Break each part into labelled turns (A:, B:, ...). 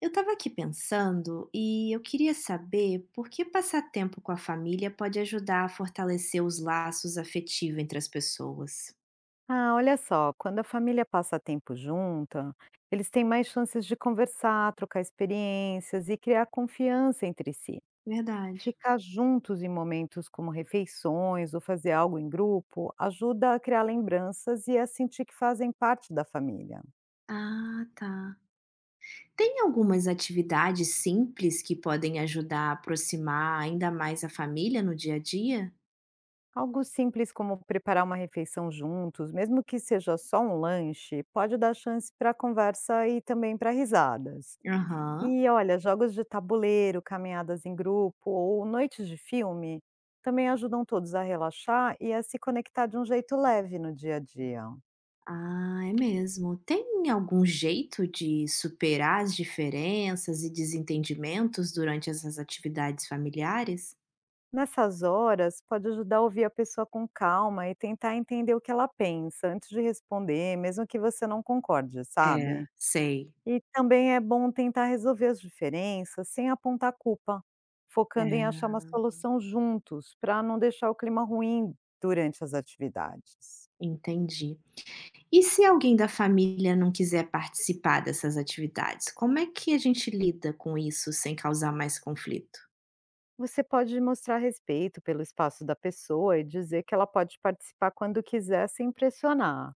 A: Eu estava aqui pensando e eu queria saber por que passar tempo com a família pode ajudar a fortalecer os laços afetivos entre as pessoas.
B: Ah, olha só, quando a família passa tempo junta, eles têm mais chances de conversar, trocar experiências e criar confiança entre si.
A: Verdade.
B: Ficar juntos em momentos como refeições ou fazer algo em grupo ajuda a criar lembranças e a sentir que fazem parte da família.
A: Ah, tá. Tem algumas atividades simples que podem ajudar a aproximar ainda mais a família no dia a dia?
B: Algo simples como preparar uma refeição juntos, mesmo que seja só um lanche, pode dar chance para conversa e também para risadas.
A: Aham.
B: E olha, jogos de tabuleiro, caminhadas em grupo ou noites de filme também ajudam todos a relaxar e a se conectar de um jeito leve no dia a dia.
A: Ah, é mesmo. Tem algum jeito de superar as diferenças e desentendimentos durante essas atividades familiares?
B: Nessas horas, pode ajudar a ouvir a pessoa com calma e tentar entender o que ela pensa antes de responder, mesmo que você não concorde,
A: É,
B: sabe?
A: sei.
B: E também é bom tentar resolver as diferenças sem apontar culpa, focando em
A: É,
B: achar uma solução juntos, para não deixar o clima ruim durante as atividades.
A: entendi. E se alguém da família não quiser participar dessas atividades, como é que a gente lida com isso sem causar mais conflito?
B: Você pode mostrar respeito pelo espaço da pessoa e dizer que ela pode participar quando quiser sem pressionar.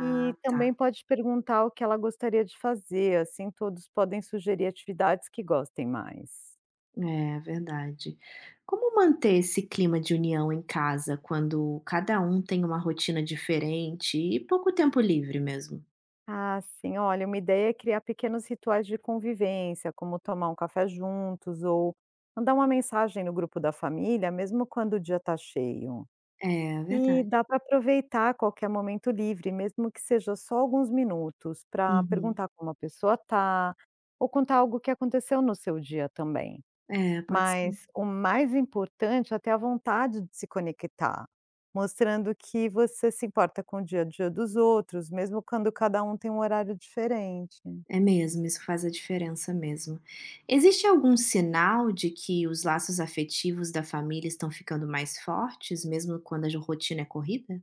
B: E
A: tá.
B: também pode perguntar o que ela gostaria de fazer, assim todos podem sugerir atividades que gostem mais.
A: É verdade. Como manter esse clima de união em casa quando cada um tem uma rotina diferente e pouco tempo livre mesmo?
B: Ah, sim, olha, uma ideia é criar pequenos rituais de convivência, como tomar um café juntos ou mandar uma mensagem no grupo da família, mesmo quando o dia está cheio.
A: É
B: E
A: verdade.
B: dá para aproveitar qualquer momento livre, mesmo que seja só alguns minutos, para
A: Uhum.
B: perguntar como a pessoa está, ou contar algo que aconteceu no seu dia também.
A: É, pode ser.
B: Mas o mais importante é ter a vontade de se conectar, mostrando que você se importa com o dia a dia dos outros, mesmo quando cada um tem um horário diferente.
A: É mesmo, isso faz a diferença mesmo. Existe algum sinal de que os laços afetivos da família estão ficando mais fortes, mesmo quando a rotina é corrida?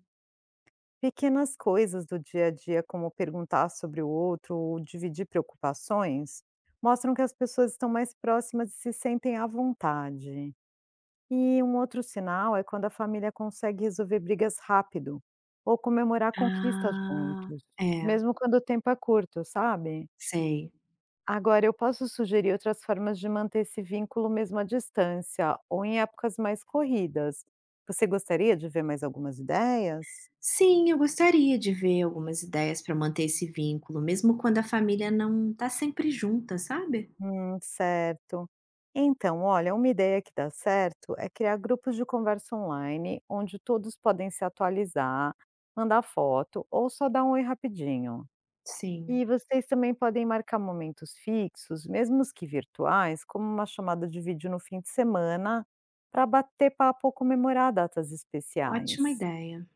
B: Pequenas coisas do dia a dia, como perguntar sobre o outro ou dividir preocupações, mostram que as pessoas estão mais próximas e se sentem à vontade. E um outro sinal é quando a família consegue resolver brigas rápido ou comemorar conquistas
A: Ah,
B: juntos,
A: é,
B: mesmo quando o tempo é curto, sabe?
A: sei.
B: Agora, eu posso sugerir outras formas de manter esse vínculo mesmo à distância ou em épocas mais corridas. Você gostaria de ver mais algumas ideias?
A: Sim, eu gostaria de ver algumas ideias para manter esse vínculo, mesmo quando a família não está sempre junta, sabe?
B: Certo. Então, olha, uma ideia que dá certo é criar grupos de conversa online, onde todos podem se atualizar, mandar foto ou só dar um oi rapidinho.
A: Sim,
B: E vocês também podem marcar momentos fixos, mesmo os que virtuais, como uma chamada de vídeo no fim de semana, para bater papo ou comemorar datas
A: ótima
B: especiais.
A: ideia.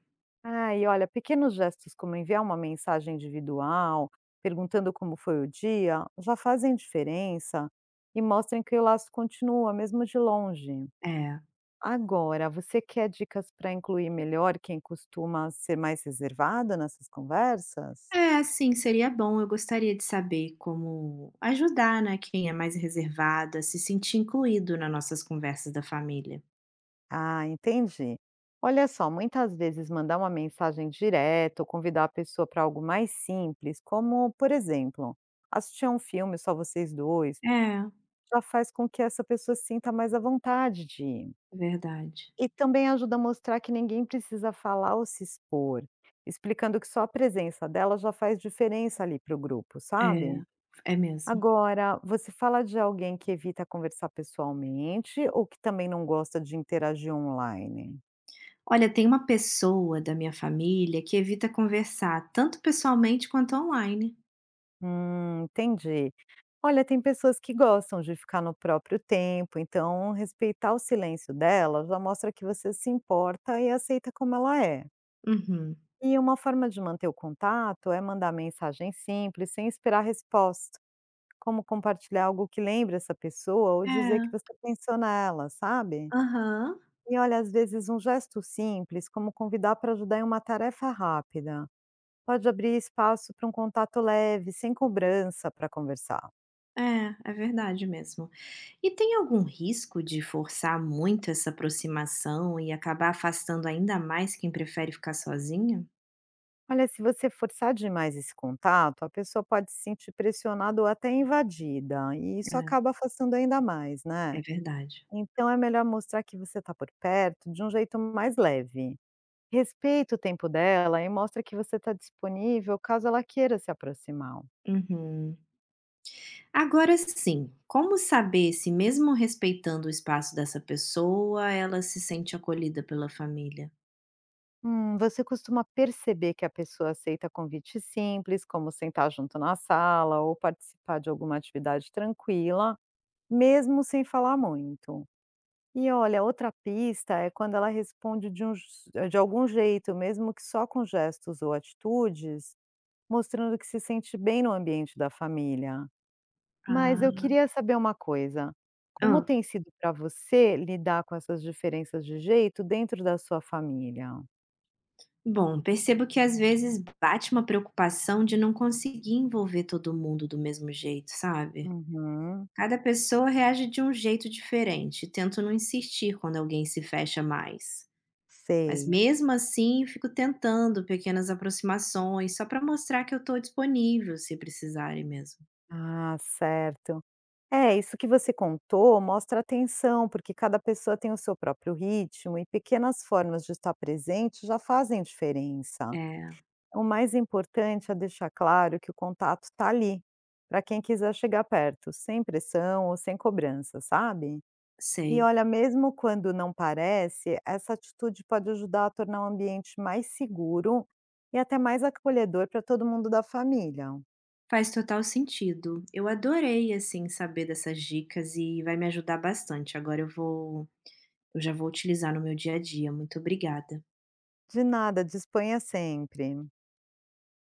B: Ah, e olha, pequenos gestos como enviar uma mensagem individual, perguntando como foi o dia, já fazem diferença e mostram que o laço continua, mesmo de longe.
A: É.
B: Agora, você quer dicas para incluir melhor quem costuma ser mais reservada nessas conversas?
A: É, sim, seria bom. Eu gostaria de saber como ajudar, né, quem é mais reservado a se sentir incluído nas nossas conversas da família.
B: Ah, entendi. Olha só, muitas vezes mandar uma mensagem direta ou convidar a pessoa para algo mais simples, como, por exemplo, assistir a um filme só vocês dois
A: É,
B: já faz com que essa pessoa sinta mais à vontade de ir.
A: verdade.
B: E também ajuda a mostrar que ninguém precisa falar ou se expor, explicando que só a presença dela já faz diferença ali para o grupo,
A: É,
B: sabe.
A: é mesmo.
B: Agora, você fala de alguém que evita conversar pessoalmente ou que também não gosta de interagir online?
A: Olha, tem uma pessoa da minha família que evita conversar tanto pessoalmente quanto online.
B: Entendi. Olha, tem pessoas que gostam de ficar no próprio tempo, então respeitar o silêncio dela já mostra que você se importa e aceita como ela é.
A: Uhum.
B: E uma forma de manter o contato é mandar mensagem simples, sem esperar resposta, como compartilhar algo que lembre essa pessoa ou dizer que você
A: É,
B: pensou nela, sabe?
A: aham.
B: E olha, às vezes um gesto simples, como convidar para ajudar em uma tarefa rápida, pode abrir espaço para um contato leve, sem cobrança para conversar.
A: É, é verdade mesmo. E tem algum risco de forçar muito essa aproximação e acabar afastando ainda mais quem prefere ficar sozinho?
B: Olha, se você forçar demais esse contato, a pessoa pode se sentir pressionada ou até invadida, e isso acaba afastando ainda mais,
A: É
B: né?
A: verdade.
B: Então é melhor mostrar que você está por perto de um jeito mais leve. Respeita o tempo dela e mostra que você está disponível caso ela queira se aproximar.
A: Uhum. Agora sim, como saber se mesmo respeitando o espaço dessa pessoa, ela se sente acolhida pela família?
B: Você costuma perceber que a pessoa aceita convites simples, como sentar junto na sala ou participar de alguma atividade tranquila, mesmo sem falar muito. E olha, outra pista é quando ela responde de algum jeito, mesmo que só com gestos ou atitudes, mostrando que se sente bem no ambiente da família. Mas eu
A: Ah.
B: queria saber uma coisa, como
A: Hã.
B: tem sido para você lidar com essas diferenças de jeito dentro da sua família?
A: Bom, percebo que às vezes bate uma preocupação de não conseguir envolver todo mundo do mesmo jeito, sabe?
B: Uhum,
A: Cada pessoa reage de um jeito diferente, tento não insistir quando alguém se fecha mais. Mas
B: sei.
A: mesmo assim, fico tentando pequenas aproximações só para mostrar que eu estou disponível se precisarem mesmo.
B: Ah, certo. É, isso que você contou mostra atenção, porque cada pessoa tem o seu próprio ritmo e pequenas formas de estar presente já fazem diferença.
A: É,
B: O mais importante é deixar claro que o contato está ali, para quem quiser chegar perto, sem pressão ou sem cobrança, sabe? E
A: sei.
B: olha, mesmo quando não parece, essa atitude pode ajudar a tornar o ambiente mais seguro e até mais acolhedor para todo mundo da família.
A: Faz total sentido. Eu adorei, assim, saber dessas dicas e vai me ajudar bastante. Agora eu já vou utilizar no meu dia a dia. Muito obrigada.
B: De nada, disponha sempre.